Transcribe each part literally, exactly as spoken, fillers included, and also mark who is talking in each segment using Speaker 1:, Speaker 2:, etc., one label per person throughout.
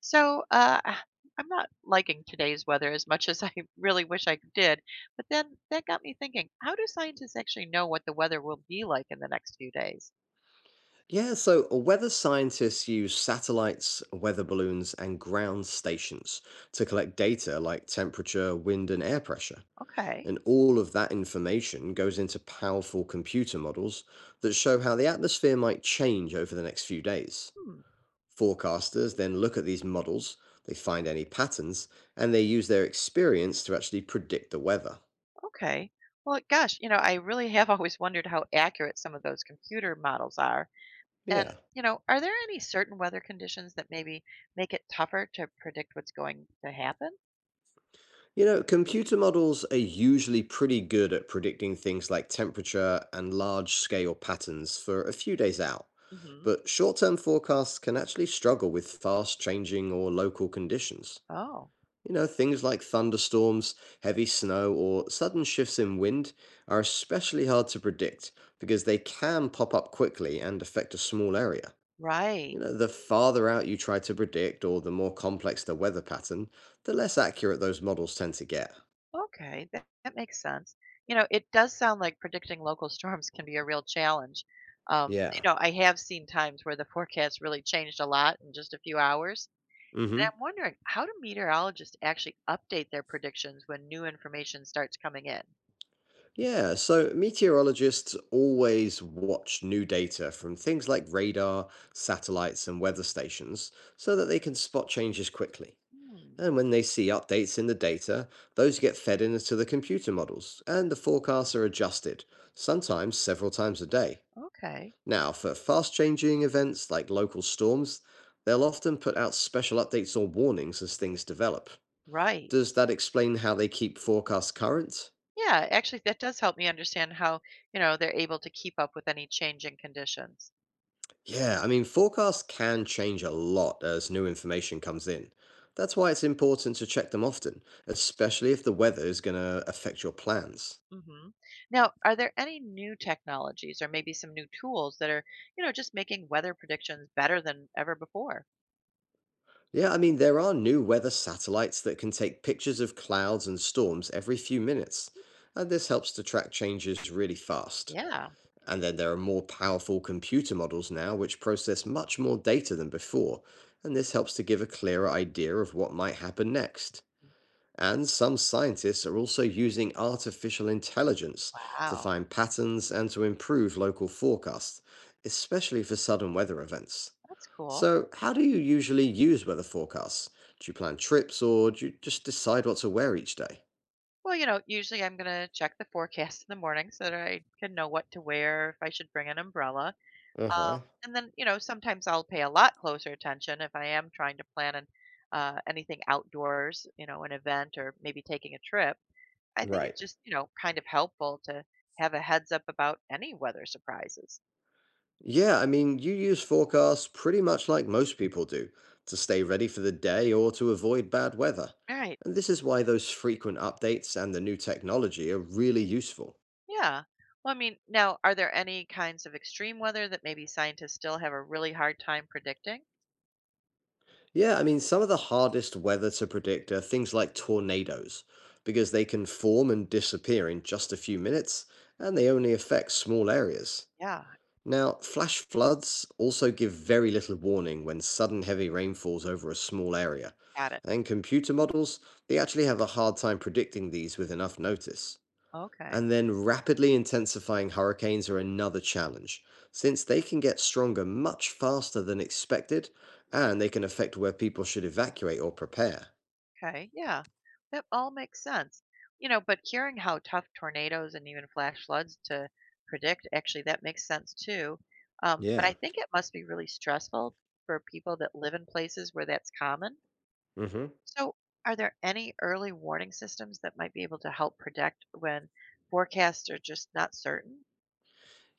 Speaker 1: So, uh, ah, I'm not liking today's weather as much as I really wish I did. But then that got me thinking, how do scientists actually know what the weather will be like in the next few days?
Speaker 2: Yeah, so uh, weather scientists use satellites, weather balloons, and ground stations to collect data like temperature, wind, and air pressure.
Speaker 1: Okay.
Speaker 2: And all of that information goes into powerful computer models that show how the atmosphere might change over the next few days.
Speaker 1: Hmm.
Speaker 2: Forecasters then look at these models, they find any patterns, and they use their experience to actually predict the weather.
Speaker 1: Okay. Well, gosh, you know, I really have always wondered how accurate some of those computer models are. And,
Speaker 2: Yeah.
Speaker 1: you know, are there any certain weather conditions that maybe make it tougher to predict what's going to happen?
Speaker 2: You know, computer models are usually pretty good at predicting things like temperature and large scale patterns for a few days out.
Speaker 1: Hmm.
Speaker 2: But short term forecasts can actually struggle with fast changing or local conditions.
Speaker 1: Oh,
Speaker 2: You know, things like thunderstorms, heavy snow, or sudden shifts in wind are especially hard to predict because they can pop up quickly and affect a small area. You
Speaker 1: right.
Speaker 2: know, the farther out you try to predict or the more complex the weather pattern, the less accurate those models tend to get.
Speaker 1: Okay, that, that makes sense. You know, it does sound like predicting local storms can be a real challenge. Um, you
Speaker 2: Yeah.
Speaker 1: know, I have seen times where the forecast really changed a lot in just a few hours. And
Speaker 2: Hmm.
Speaker 1: I'm wondering, how do meteorologists actually update their predictions when new information starts coming in?
Speaker 2: Yeah. So meteorologists always watch new data from things like radar, satellites, and weather stations so that they can spot changes quickly.
Speaker 1: Hmm,
Speaker 2: And when they see updates in the data, those get fed into the computer models, and the forecasts are adjusted, sometimes several times a day.
Speaker 1: okay,
Speaker 2: Now, for fast changing events like local storms, they'll often put out special updates or warnings as things develop.
Speaker 1: right.
Speaker 2: Does that explain how they keep forecasts current?
Speaker 1: Yeah, actually, that does help me understand how, you know, they're able to keep up with any changing conditions.
Speaker 2: Yeah, I mean, forecasts can change a lot as new information comes in. That's why it's important to check them often, especially if the weather is going to affect your plans.
Speaker 1: Mhm. Now, are there any new technologies or maybe some new tools that are, you know, just making weather predictions better than ever before?
Speaker 2: Yeah, I mean, there are new weather satellites that can take pictures of clouds and storms every few minutes, and this helps to track changes really fast.
Speaker 1: Yeah.
Speaker 2: And then there are more powerful computer models now which process much more data than before, and this helps to give a clearer idea of what might happen next. And some scientists are also using artificial intelligence to
Speaker 1: Wow,
Speaker 2: find patterns and to improve local forecasts, especially for sudden weather events.
Speaker 1: that's cool.
Speaker 2: So, how do you usually use weather forecasts? Do you plan trips or do you just decide what to wear each day?
Speaker 1: Well, you know, usually I'm going to check the forecast in the morning so that I can know what to wear, if I should bring an umbrella.
Speaker 2: Uh
Speaker 1: Um,
Speaker 2: huh.
Speaker 1: and then, you know, sometimes I'll pay a lot closer attention if I am trying to plan an, uh, anything outdoors, you know, an event or maybe taking a trip. I think it's
Speaker 2: Right.
Speaker 1: just, you know, kind of helpful to have a heads up about any weather surprises.
Speaker 2: Yeah, I mean, you use forecasts pretty much like most people do to stay ready for the day or to avoid bad weather.
Speaker 1: Right.
Speaker 2: And this is why those frequent updates and the new technology are really useful.
Speaker 1: Yeah. Well, I mean, now, are there any kinds of extreme weather that maybe scientists still have a really hard time predicting?
Speaker 2: Yeah, I mean, some of the hardest weather to predict are things like tornadoes, because they can form and disappear in just a few minutes, and they only affect small areas.
Speaker 1: Yeah,
Speaker 2: Now, flash floods also give very little warning when sudden heavy rain falls over a small area.
Speaker 1: got it.
Speaker 2: And computer models, they actually have a hard time predicting these with enough notice.
Speaker 1: Okay.
Speaker 2: And then rapidly intensifying hurricanes are another challenge, since they can get stronger much faster than expected and they can affect where people should evacuate or prepare.
Speaker 1: Okay. Yeah. That all makes sense. You know, but hearing how tough tornadoes and even flash floods to predict, actually, that makes sense too. Um, but I
Speaker 2: Yeah.
Speaker 1: think it must be really stressful for people that live in places where that's common.
Speaker 2: Hmm.
Speaker 1: So, are there any early warning systems that might be able to help predict when forecasts are just not certain?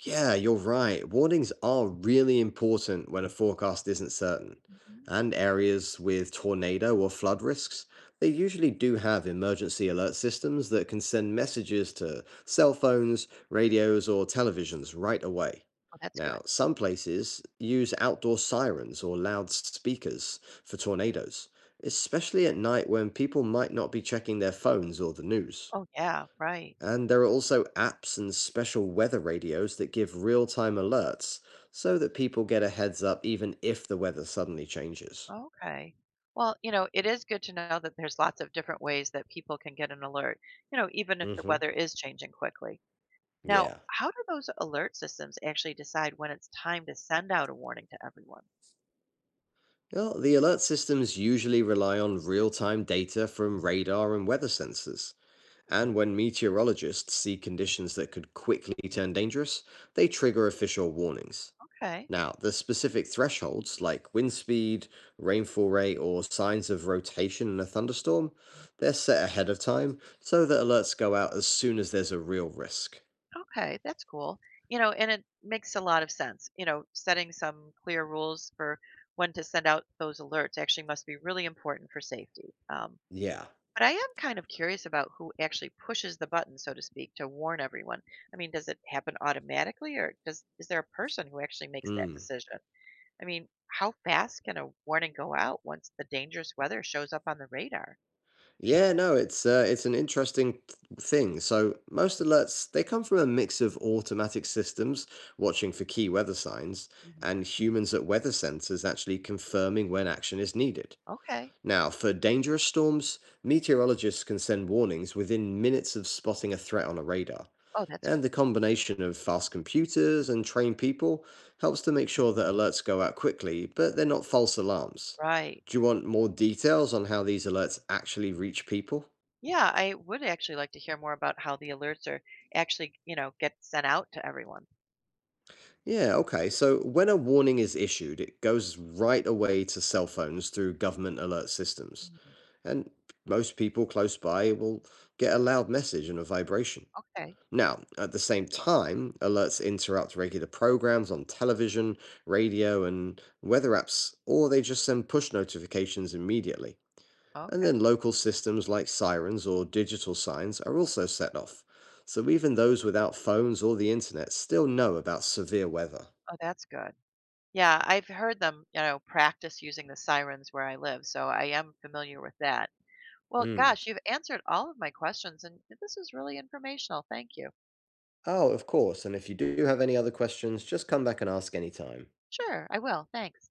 Speaker 2: Yeah, you're right. Warnings are really important when a forecast isn't certain.
Speaker 1: Mhm.
Speaker 2: And areas with tornado or flood risks, they usually do have emergency alert systems that can send messages to cell phones, radios, or televisions right away.
Speaker 1: Oh, that's good.
Speaker 2: Now, some places use outdoor sirens or loudspeakers for tornadoes, especially at night when people might not be checking their phones or the news.
Speaker 1: Oh, yeah, right.
Speaker 2: And there are also apps and special weather radios that give real time alerts so that people get a heads up even if the weather suddenly changes.
Speaker 1: Okay. Well, you know, it is good to know that there's lots of different ways that people can get an alert, you know, even if the
Speaker 2: Hmm.
Speaker 1: weather is changing quickly. Now,
Speaker 2: Yeah.
Speaker 1: how do those alert systems actually decide when it's time to send out a warning to everyone?
Speaker 2: Well, the alert systems usually rely on real time data from radar and weather sensors. And when meteorologists see conditions that could quickly turn dangerous, they trigger official warnings.
Speaker 1: Okay.
Speaker 2: Now, the specific thresholds like wind speed, rainfall rate, or signs of rotation in a thunderstorm, they're set ahead of time so that alerts go out as soon as there's a real risk.
Speaker 1: Okay, that's cool. You know, and it makes a lot of sense. You know, setting some clear rules for when to send out those alerts actually must be really important for safety. Um,
Speaker 2: Yeah.
Speaker 1: But I am kind of curious about who actually pushes the button, so to speak, to warn everyone. I mean, does it happen automatically or does is there a person who actually makes that
Speaker 2: Mm.
Speaker 1: decision? I mean, how fast can a warning go out once the dangerous weather shows up on the radar?
Speaker 2: Yeah, no, it's uh, it's an interesting th- thing. So most alerts they come from a mix of automatic systems watching for key weather signs
Speaker 1: Hmm.
Speaker 2: and humans at weather centers actually confirming when action is needed.
Speaker 1: Okay.
Speaker 2: Now, for dangerous storms, meteorologists can send warnings within minutes of spotting a threat on a radar.
Speaker 1: Oh, that's good.
Speaker 2: And the combination of fast computers and trained people helps to make sure that alerts go out quickly, but they're not false alarms.
Speaker 1: Right.
Speaker 2: Do you want more details on how these alerts actually reach people?
Speaker 1: Yeah, I would actually like to hear more about how the alerts are actually, you know, get sent out to everyone.
Speaker 2: Yeah, okay. So when a warning is issued, it goes right away to cell phones through government alert systems.
Speaker 1: Mhm.
Speaker 2: And most people close by will get a loud message and a vibration.
Speaker 1: Okay.
Speaker 2: Now, at the same time, alerts interrupt regular programs on television, radio, and weather apps, or they just send push notifications immediately. And
Speaker 1: Okay.
Speaker 2: then local systems like sirens or digital signs are also set off. So even those without phones or the internet still know about severe weather.
Speaker 1: Oh, that's good. Yeah, I've heard them, you know, practice using the sirens where I live, so I am familiar with that. Well,
Speaker 2: Mm.
Speaker 1: gosh, you've answered all of my questions, and this was really informational. Thank you.
Speaker 2: Oh, of course. And if you do have any other questions, just come back and ask anytime.
Speaker 1: Sure, I will. Thanks.